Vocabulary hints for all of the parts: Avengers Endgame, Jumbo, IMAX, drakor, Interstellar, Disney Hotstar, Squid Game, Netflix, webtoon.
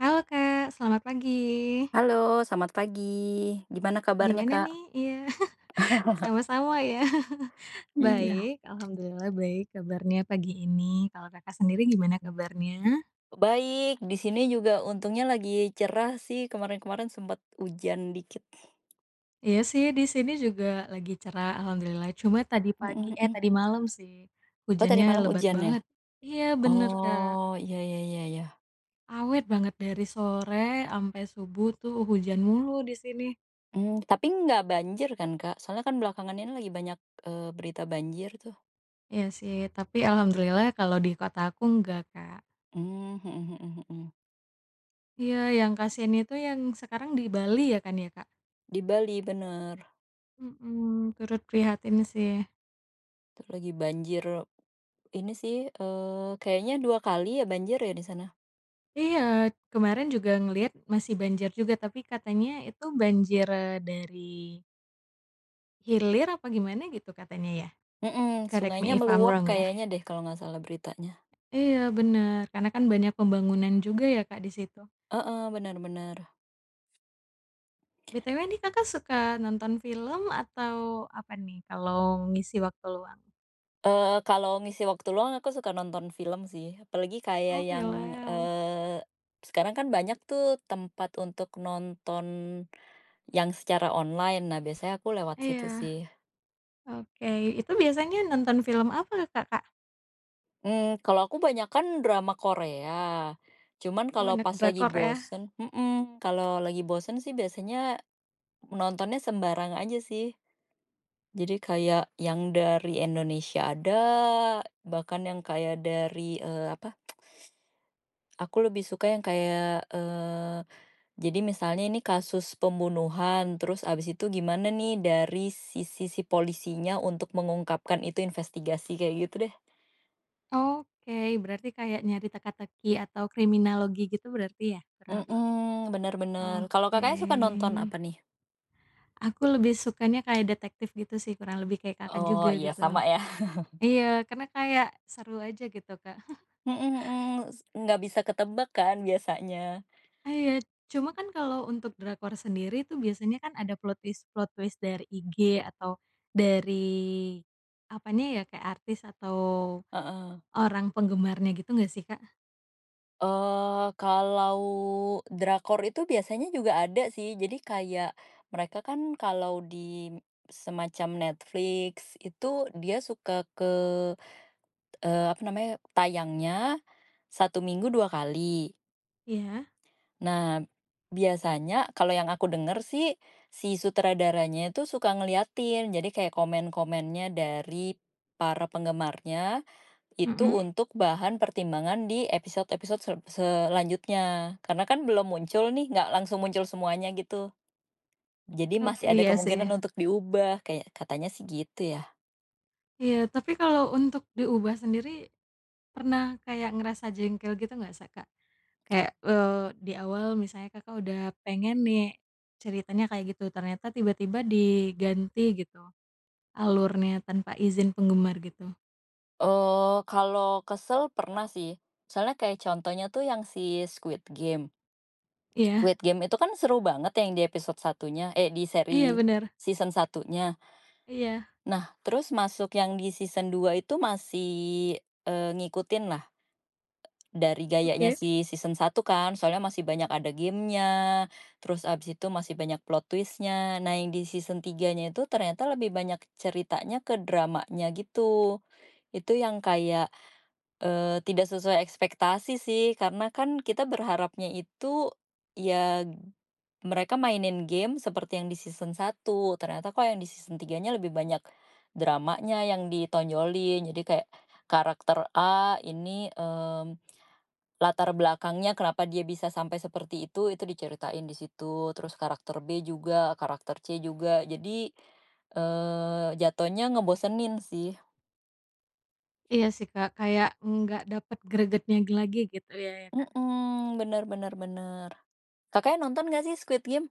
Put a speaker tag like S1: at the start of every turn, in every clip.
S1: Halo Kak, selamat pagi.
S2: Halo, selamat pagi. Gimana kabarnya,
S1: Gimana
S2: Kak?
S1: nih? Iya, sama-sama ya.
S2: Iya.
S1: Baik, alhamdulillah baik kabarnya pagi ini. Kalau Kakak sendiri gimana kabarnya?
S2: Baik, di sini juga untungnya lagi cerah sih, kemarin-kemarin sempat hujan dikit.
S1: Iya sih, di sini juga lagi cerah alhamdulillah. Cuma tadi
S2: Mhm
S1: pagi eh
S2: mhm.
S1: tadi malam sih,
S2: Oh, tadi
S1: hujannya
S2: malam
S1: lebat
S2: hujan ya?
S1: banget. Iya bener Kak,
S2: Oh, iya iya iya iya.
S1: awet banget dari sore sampai subuh tuh hujan mulu di sini.
S2: Tapi nggak banjir kan, Kak? Soalnya kan belakangan ini lagi banyak, berita banjir tuh.
S1: Iya sih, tapi alhamdulillah kalau di kota aku enggak Kak.
S2: Hmm mhm mhm mhm.
S1: Iya, yang kasihan itu yang sekarang di Bali ya kan ya Kak?
S2: Di Bali, bener.
S1: Mhm, turut prihatin sih.
S2: Itu lagi banjir ini sih, kayaknya 2 kali ya banjir ya di sana?
S1: Iya, kemarin juga ngelihat masih banjir juga, tapi katanya itu banjir, dari hilir apa gimana gitu katanya ya?
S2: Mhm,
S1: Correct me
S2: sungainya
S1: if I'm
S2: meluap
S1: wrong ya?
S2: kayaknya deh kalau nggak salah beritanya.
S1: Iya bener, karena kan banyak pembangunan juga ya Kak di situ.
S2: Heeh, benar-benar.
S1: BTW nih Kakak suka nonton film atau apa nih kalau ngisi waktu luang?
S2: Kalau ngisi waktu luang aku suka nonton film sih, apalagi kayak
S1: Oh
S2: yang,
S1: film,
S2: eee, sekarang kan banyak tuh tempat untuk nonton yang secara online. Nah, biasanya aku lewat situ
S1: iya,
S2: sih.
S1: oke. Itu biasanya nonton film apa Kakak?
S2: Kalau aku banyak kan drama Korea, cuman
S1: Oh
S2: kalau
S1: anak
S2: pas lagi
S1: drakor ya?
S2: bosen kalau lagi bosen sih biasanya nontonnya sembarang aja sih. Jadi kayak yang dari Indonesia ada, bahkan yang kayak dari, apa. Aku lebih suka yang kayak, jadi misalnya ini kasus pembunuhan, terus abis itu gimana nih dari sisi si polisinya untuk mengungkapkan itu investigasi, kayak gitu deh.
S1: Oke, berarti kayak nyari teka-teki atau kriminologi gitu berarti ya, kurang lebih?
S2: Mhm, bener bener. Kalau
S1: Oke.
S2: Kakaknya suka nonton apa nih?
S1: Aku lebih sukanya kayak detektif gitu sih, kurang lebih kayak Kakak
S2: Oh,
S1: juga
S2: iya
S1: gitu.
S2: sama ya.
S1: Iya, karena kayak seru aja gitu, Kak.
S2: Mhm mhm, nggak bisa ketebak kan biasanya.
S1: Iya, cuma kan kalau untuk drakor sendiri tuh biasanya kan ada plot twist dari IG atau dari apanya ya, kayak artis atau
S2: Heeh.
S1: orang penggemarnya gitu nggak sih, Kak?
S2: Eh, kalau drakor itu biasanya juga ada sih. Jadi kayak mereka kan kalau di semacam Netflix itu dia suka ke, apa namanya, tayangnya 1 minggu 2 kali.
S1: Iya,
S2: Nah, biasanya kalau yang aku denger sih, si sutradaranya itu suka ngeliatin. Jadi kayak komen-komennya dari para penggemarnya itu
S1: mhm,
S2: untuk bahan pertimbangan di episode-episode selanjutnya. Karena kan belum muncul nih, nggak langsung muncul semuanya gitu. Jadi
S1: oke
S2: masih ada
S1: iya sih.
S2: kemungkinan untuk diubah, kayak katanya sih gitu ya.
S1: Iya, tapi kalau untuk diubah sendiri, pernah kayak ngerasa jengkel gitu nggak sa Kak? Kayak, di awal misalnya Kakak udah pengen nih ceritanya kayak gitu, ternyata tiba-tiba diganti gitu alurnya tanpa izin penggemar gitu.
S2: Oh, kalau kesel pernah sih. Misalnya kayak contohnya tuh yang si Squid Game.
S1: Iya
S2: Squid Game itu kan seru banget yang di episode satunya eh, di
S1: iya bener,
S2: season satunya.
S1: iya,
S2: Nah, terus masuk yang di season 2 itu masih, ngikutin lah. Dari gayanya
S1: oke.
S2: si season satu kan, soalnya masih banyak ada game-nya, terus abis itu masih banyak plot twistnya. Nah, yang di season tiganya itu ternyata lebih banyak ceritanya ke dramanya gitu. Itu yang kayak, tidak sesuai ekspektasi sih, karena kan kita berharapnya itu ya mereka mainin game seperti yang di season satu. Ternyata kok yang di season tiganya lebih banyak dramanya yang ditonjolin. Jadi kayak karakter A ini, latar belakangnya kenapa dia bisa sampai seperti itu diceritain di situ, terus karakter B juga, karakter C juga. Jadi, jatuhnya ngebosenin sih.
S1: Iya sih Kak, kayak nggak dapet gregetnya lagi gitu ya ya Kak?
S2: Mhm, bener bener bener. Kakaknya nonton nggak sih Squid Game?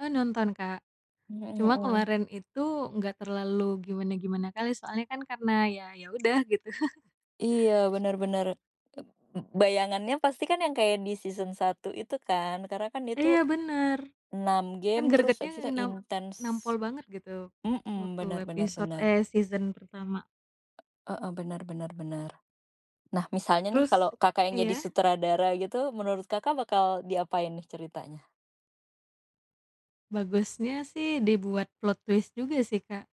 S1: Oh nonton Kak,
S2: Mhm
S1: cuma
S2: mhm.
S1: kemarin itu nggak terlalu gimana-gimana kali soalnya kan karena ya ya udah gitu.
S2: Iya, bener bener. Bayangannya pasti kan yang kayak di season satu itu kan, karena kan itu
S1: Iya bener.
S2: 6
S1: Kan
S2: game terus
S1: gregetnya
S2: abis itu intens.
S1: nampol banget gitu,
S2: Mhm,
S1: waktu
S2: benar benar
S1: episode
S2: benar.
S1: eh, season pertama.
S2: Heeh, benar benar benar. Nah, misalnya nih
S1: Terus
S2: kalau Kakak yang jadi
S1: iya,
S2: sutradara gitu, menurut Kakak bakal diapain nih ceritanya?
S1: bagusnya sih dibuat plot twist juga sih, Kak.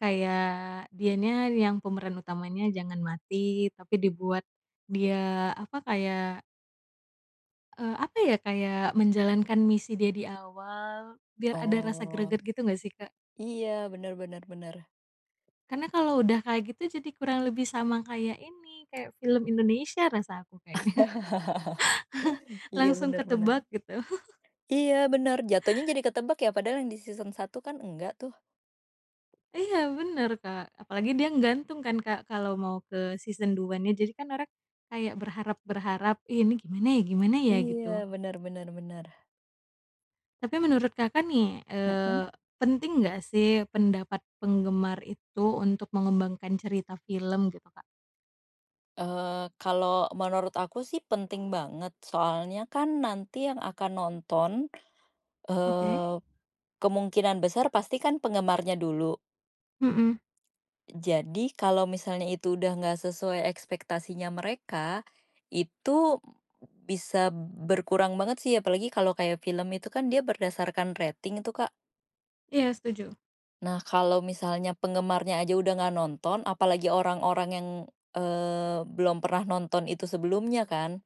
S1: Kayak dianya yang pemeran utamanya jangan mati, tapi dibuat dia apa, kayak, apa ya, kayak menjalankan misi dia di awal, biar ada rasa
S2: Oh,
S1: greget gitu nggak sih, Kak?
S2: iya, bener bener bener.
S1: Karena kalau udah kayak gitu jadi kurang lebih sama kayak ini, kayak film Indonesia rasa aku kayaknya.
S2: Iya,
S1: Langsung
S2: bener bener.
S1: ketebak gitu.
S2: Iya, bener, jatuhnya jadi ketebak ya, padahal yang di season satu kan enggak tuh.
S1: Iya bener, Kak, apalagi dia nggantung kan, Kak, kalau mau ke season 2-nya jadi kan orang kayak berharap-berharap, "Ih, ini gimana ya gimana ya?"
S2: Iya,
S1: Gitu.
S2: bener bener bener.
S1: Tapi menurut Kakak nih,
S2: Mhm.
S1: penting nggak sih pendapat penggemar itu untuk mengembangkan cerita film gitu, Kak?
S2: Eee, Kalau menurut aku sih penting banget, soalnya kan nanti yang akan nonton,
S1: Oke,
S2: eee, kemungkinan besar pasti kan penggemarnya dulu.
S1: mhm,
S2: Jadi kalau misalnya itu udah nggak sesuai ekspektasinya mereka, itu bisa berkurang banget sih, apalagi kalau kayak film itu kan dia berdasarkan rating itu, Kak.
S1: iya setuju.
S2: Nah, kalau misalnya penggemarnya aja udah nggak nonton, apalagi orang-orang yang, belum pernah nonton itu sebelumnya kan.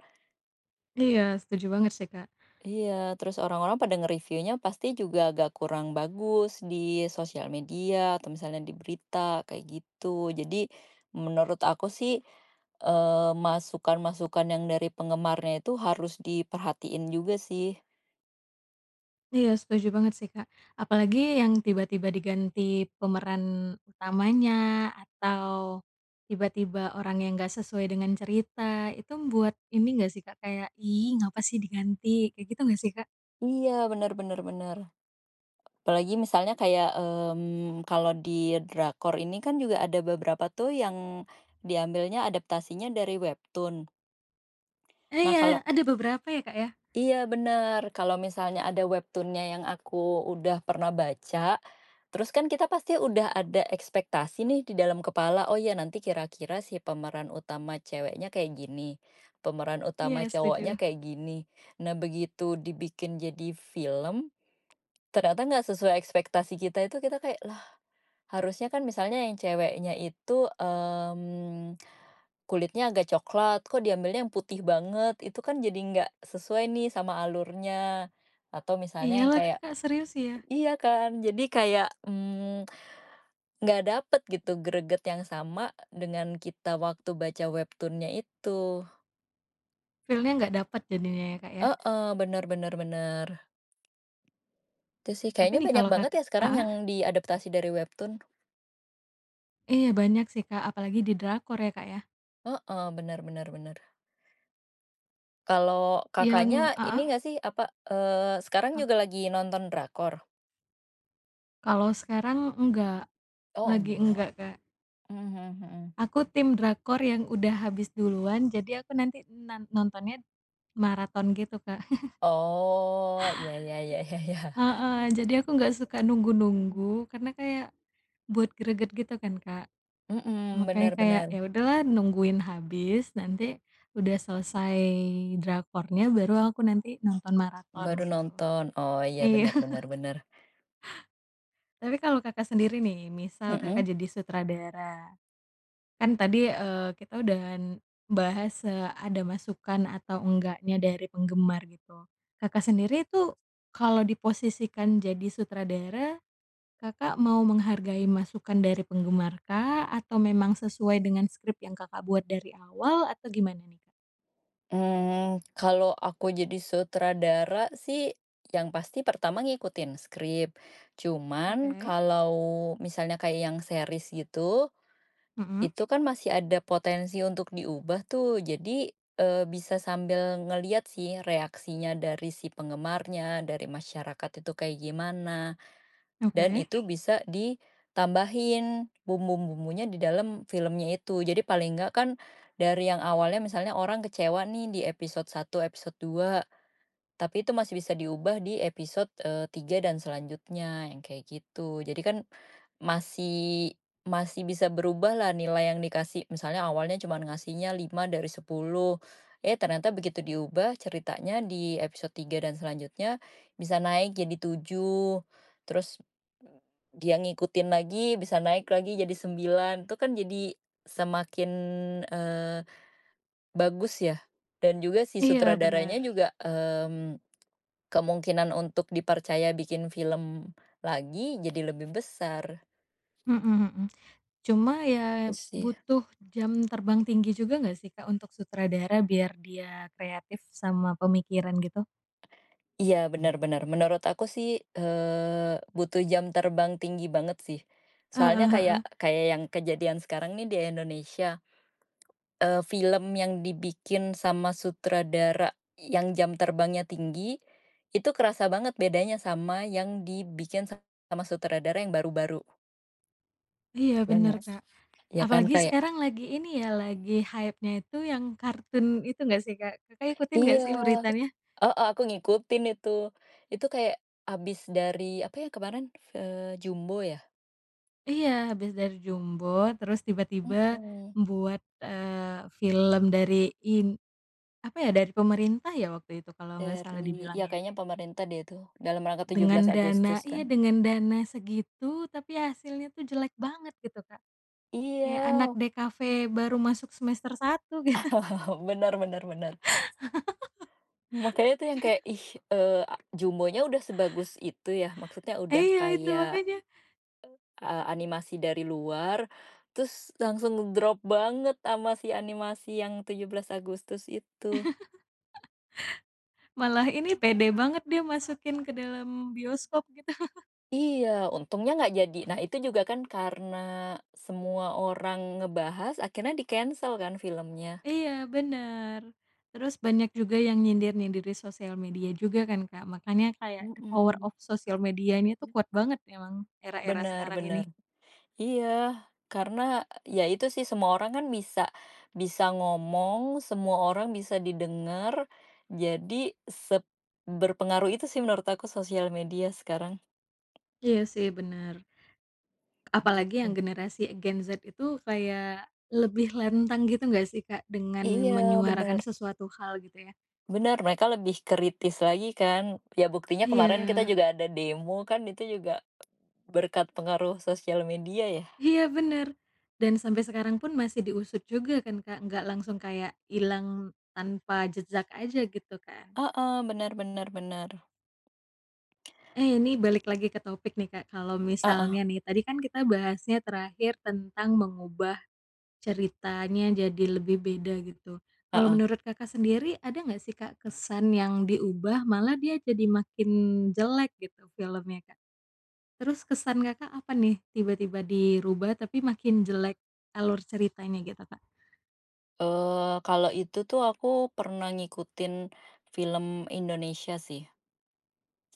S1: Iya, setuju banget sih, Kak.
S2: Iya, terus orang-orang pada nge-reviewnya pasti juga agak kurang bagus di sosial media atau misalnya di berita kayak gitu. Jadi menurut aku sih eh, masukan-masukan yang dari penggemarnya itu harus diperhatiin juga sih.
S1: Iya, setuju banget sih, Kak. Apalagi yang tiba-tiba diganti pemeran utamanya, atau tiba-tiba orang yang nggak sesuai dengan cerita, itu membuat ini nggak sih, Kak, kayak, "Ih, ngapa sih diganti?" Kayak gitu nggak sih, Kak?
S2: Iya, benar-benar benar. Benar, benar. Apalagi misalnya kayak kalau di drakor ini kan juga ada beberapa tuh yang diambilnya adaptasinya dari webtoon.
S1: Eh,
S2: Nah,
S1: iya,
S2: kalau
S1: ada beberapa ya, Kak, ya?
S2: Iya benar. Kalau misalnya ada webtoon yang aku udah pernah baca, terus kan kita pasti udah ada ekspektasi nih di dalam kepala, oh ya nanti kira-kira si pemeran utama ceweknya kayak gini, pemeran utama
S1: Iya,
S2: Iya. Cowoknya
S1: setuju.
S2: kayak gini. Nah begitu dibikin jadi film, ternyata nggak sesuai ekspektasi kita itu kita kayak harusnya kan misalnya yang ceweknya itu, kulitnya agak coklat, kok diambilnya yang putih banget, itu kan jadi nggak sesuai nih sama alurnya. Atau misalnya
S1: Iya
S2: yang
S1: lagi,
S2: kayak
S1: Kak, serius ya.
S2: iya kan, jadi kayak, nggak dapet gitu greget yang sama dengan kita waktu baca webtoon itu.
S1: Feel-nya nggak dapet jadinya ya, Kak, ya.
S2: Heeh, bener bener bener. Itu sih,
S1: Tapi
S2: kayaknya
S1: nih
S2: banyak
S1: kalau Kak
S2: banget ya sekarang
S1: heeh,
S2: yang diadaptasi dari webtoon.
S1: iya banyak sih, Kak, apalagi di drakor ya, Kak, ya.
S2: Heeh, bener bener bener. Kalau
S1: Yang
S2: Kakaknya ini
S1: heeh,
S2: nggak sih, apa, sekarang
S1: ap
S2: juga lagi nonton drakor?
S1: kalau sekarang enggak,
S2: Oh
S1: lagi
S2: enggak.
S1: enggak, Kak.
S2: Mhm mhm mhm.
S1: Aku tim drakor yang udah habis duluan, jadi aku nanti nontonnya maraton gitu, Kak.
S2: Oh, ya ya ya ya ya.
S1: Heeh, jadi aku nggak suka nunggu-nunggu karena kayak buat greget gitu kan, Kak.
S2: Mhm,
S1: Makanya kayak
S2: benar-benar
S1: ya udahlah nungguin habis, nanti udah selesai drakornya baru aku nanti nonton maraton
S2: baru
S1: gitu.
S2: nonton. Oh iya,
S1: Iya.
S2: benar-benar benar benar bener.
S1: Tapi kalau Kakak sendiri nih, misal
S2: Mhm.
S1: Kakak jadi sutradara Kan tadi, kita udah bahas, ada masukan atau enggaknya dari penggemar gitu. Kakak sendiri itu kalau diposisikan jadi sutradara, Kakak mau menghargai masukan dari penggemar kah? Atau memang sesuai dengan skrip yang Kakak buat dari awal atau gimana nih, Kak?
S2: Kalau aku jadi sutradara sih, yang pasti pertama ngikutin skrip. Cuman
S1: Oke.
S2: kalau misalnya kayak yang series gitu
S1: Mhm,
S2: itu kan masih ada potensi untuk diubah tuh. Jadi, bisa sambil ngelihat sih reaksinya dari si penggemarnya, dari masyarakat itu kayak gimana, dan
S1: oke.
S2: itu bisa ditambahin bumbu-bumbunya di dalam filmnya itu. Jadi paling nggak kan dari yang awalnya misalnya orang kecewa nih di episode satu episode 2 tapi itu masih bisa diubah di episode, 3 dan selanjutnya, yang kayak gitu. Jadi kan masih masih bisa berubah lah nilai yang dikasih, misalnya awalnya cuma ngasihnya 5 dari 10 eh ternyata begitu diubah ceritanya di episode 3 dan selanjutnya bisa naik jadi 7 terus dia ngikutin lagi bisa naik lagi jadi 9 itu kan jadi semakin, eee, bagus ya, dan juga si
S1: Iya,
S2: sutradaranya
S1: bener.
S2: juga, kemungkinan untuk dipercaya bikin film lagi jadi lebih besar,
S1: Mhm mhm. Cuma ya
S2: itu sih.
S1: butuh jam terbang tinggi juga nggak sih, Kak, untuk sutradara biar dia kreatif sama pemikiran gitu?
S2: Iya, benar-benar. Menurut aku sih, butuh jam terbang tinggi banget sih.
S1: Heeh
S2: Soalnya kayak
S1: heeh.
S2: kayak yang kejadian sekarang nih di Indonesia, film yang dibikin sama sutradara yang jam terbangnya tinggi, itu kerasa banget bedanya sama yang dibikin sama sutradara yang baru-baru,
S1: Iya
S2: ya
S1: bener,
S2: nggak?
S1: Kak.
S2: Ya kan,
S1: Apalagi
S2: kayak
S1: sekarang lagi ini ya, lagi hype-nya itu yang kartun itu nggak sih, Kak? Kakak ikutin nggak
S2: iya.
S1: sih beritanya?
S2: Heeh, aku ngikutin itu. Itu kayak abis dari apa ya kemarin, Jumbo ya?
S1: Iya, habis dari Jumbo terus tiba-tiba
S2: Mhm,
S1: membuat, film dari in apa ya, dari pemerintah ya waktu itu kalau nggak salah
S2: dari ya
S1: dibilangnya.
S2: kayaknya pemerintah deh itu, dalam rangka 17
S1: Dengan dana
S2: Agustus kan.
S1: iya dengan dana segitu tapi hasilnya tuh jelek banget gitu, Kak. Kayak anak
S2: Iya,
S1: DKV baru masuk semester satu gitu.
S2: benar benar benar. Makanya tuh yang kayak, ih, eee, a Jumbonya udah sebagus itu ya, maksudnya udah
S1: Iya itu
S2: kayak,
S1: makanya.
S2: animasi dari luar, terus langsung drop banget sama si animasi yang 17 Agustus itu.
S1: Malah ini pede banget dia masukin ke dalam bioskop gitu.
S2: Iya, untungnya nggak jadi. Nah, itu juga kan karena semua orang ngebahas, akhirnya di-cancel kan filmnya.
S1: Iya bener. Terus banyak juga yang nyindir-nyindir di sosial media juga kan, Kak. Makanya kayak the power
S2: Mhm.
S1: of social medianya tuh kuat banget emang era-era
S2: Benar
S1: sekarang ini.
S2: bener. Iya, karena ya itu sih semua orang kan bisa bisa ngomong, semua orang bisa didengar, jadi sep berpengaruh itu sih menurut aku sosial media sekarang.
S1: Iya sih bener. Apalagi yang
S2: Begitu.
S1: generasi Gen Z itu kayak lebih lentang gitu nggak sih, Kak, dengan
S2: Iya, benar.
S1: menyuarakan sesuatu hal gitu ya?
S2: Benar. Mereka lebih kritis lagi kan. Ya buktinya kemarin Iya. kita
S1: Iya.
S2: juga ada demo kan, itu juga berkat pengaruh sosial media ya?
S1: Iya bener, dan sampai sekarang pun masih diusut juga kan Kak, nggak langsung kayak hilang tanpa jejak aja gitu kan.
S2: Heeh, benar benar benar.
S1: Eh ini balik lagi ke topik nih Kak, kalau
S2: Heeh
S1: misalnya nih tadi kan kita bahasnya terakhir tentang mengubah ceritanya jadi lebih beda gitu. Kalau
S2: heeh.
S1: menurut Kakak sendiri ada nggak sih Kak kesan yang diubah malah dia jadi makin jelek gitu filmnya Kak? Terus kesan Kakak apa nih tiba-tiba dirubah tapi makin jelek alur ceritanya gitu Kak?
S2: Kalau itu tuh aku pernah ngikutin film Indonesia sih.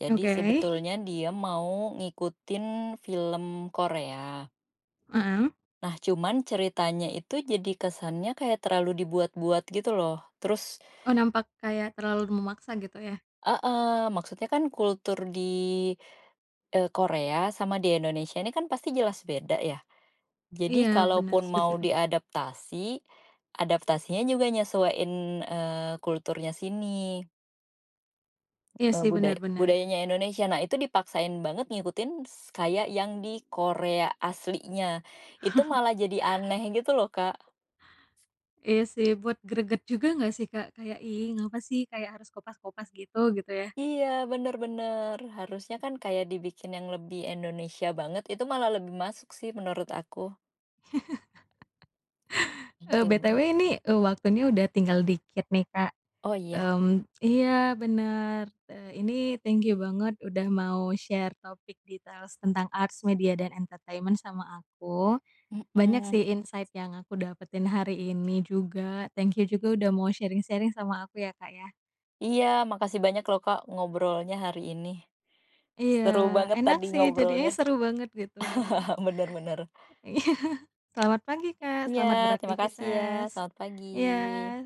S2: Jadi
S1: Oke.
S2: sebetulnya dia mau ngikutin film Korea.
S1: Heeh.
S2: Nah, cuman ceritanya itu jadi kesannya kayak terlalu dibuat-buat gitu loh. Terus
S1: Oh nampak kayak terlalu memaksa gitu ya?
S2: heeh, maksudnya kan kultur di, Korea sama di Indonesia ini kan pasti jelas beda ya. Jadi
S1: Iya benar
S2: kalaupun
S1: setuju.
S2: mau diadaptasi, adaptasinya juga nyesuaiin, kulturnya sini,
S1: Iya
S2: eee,
S1: sih
S2: buday
S1: benar-benar
S2: budayanya Indonesia. Nah, itu dipaksain banget ngikutin kayak yang di Korea aslinya. Itu Oh. malah jadi aneh gitu loh, Kak.
S1: Iya sih buat greget juga nggak sih Kak? Kayak, "Ih ngapa sih kayak harus kopas-kopas gitu," gitu ya?
S2: Iya, bener bener. Harusnya kan kayak dibikin yang lebih Indonesia banget, itu malah lebih masuk sih menurut aku, yang kayak
S1: BTW
S2: begitu.
S1: ini, waktunya udah tinggal dikit nih Kak,
S2: Oh, iya,
S1: mmm, iya benar ini thank you banget udah mau share topik details tentang arts, media, dan entertainment sama aku. Banyak
S2: mhm.
S1: sih insight yang aku dapetin hari ini juga, thank you juga udah mau sharing-sharing sama aku ya Kak ya.
S2: Iya, makasih banyak loh Kak ngobrolnya hari ini.
S1: Iya,
S2: Seru banget
S1: enak
S2: tadi
S1: sih, jadinya
S2: ngobrolnya,
S1: seru banget gitu.
S2: bener bener.
S1: Iya. Selamat pagi Kak,
S2: Iya,
S1: selamat
S2: terima kasih ya,
S1: beraktivitas.
S2: selamat
S1: Iya.
S2: pagi.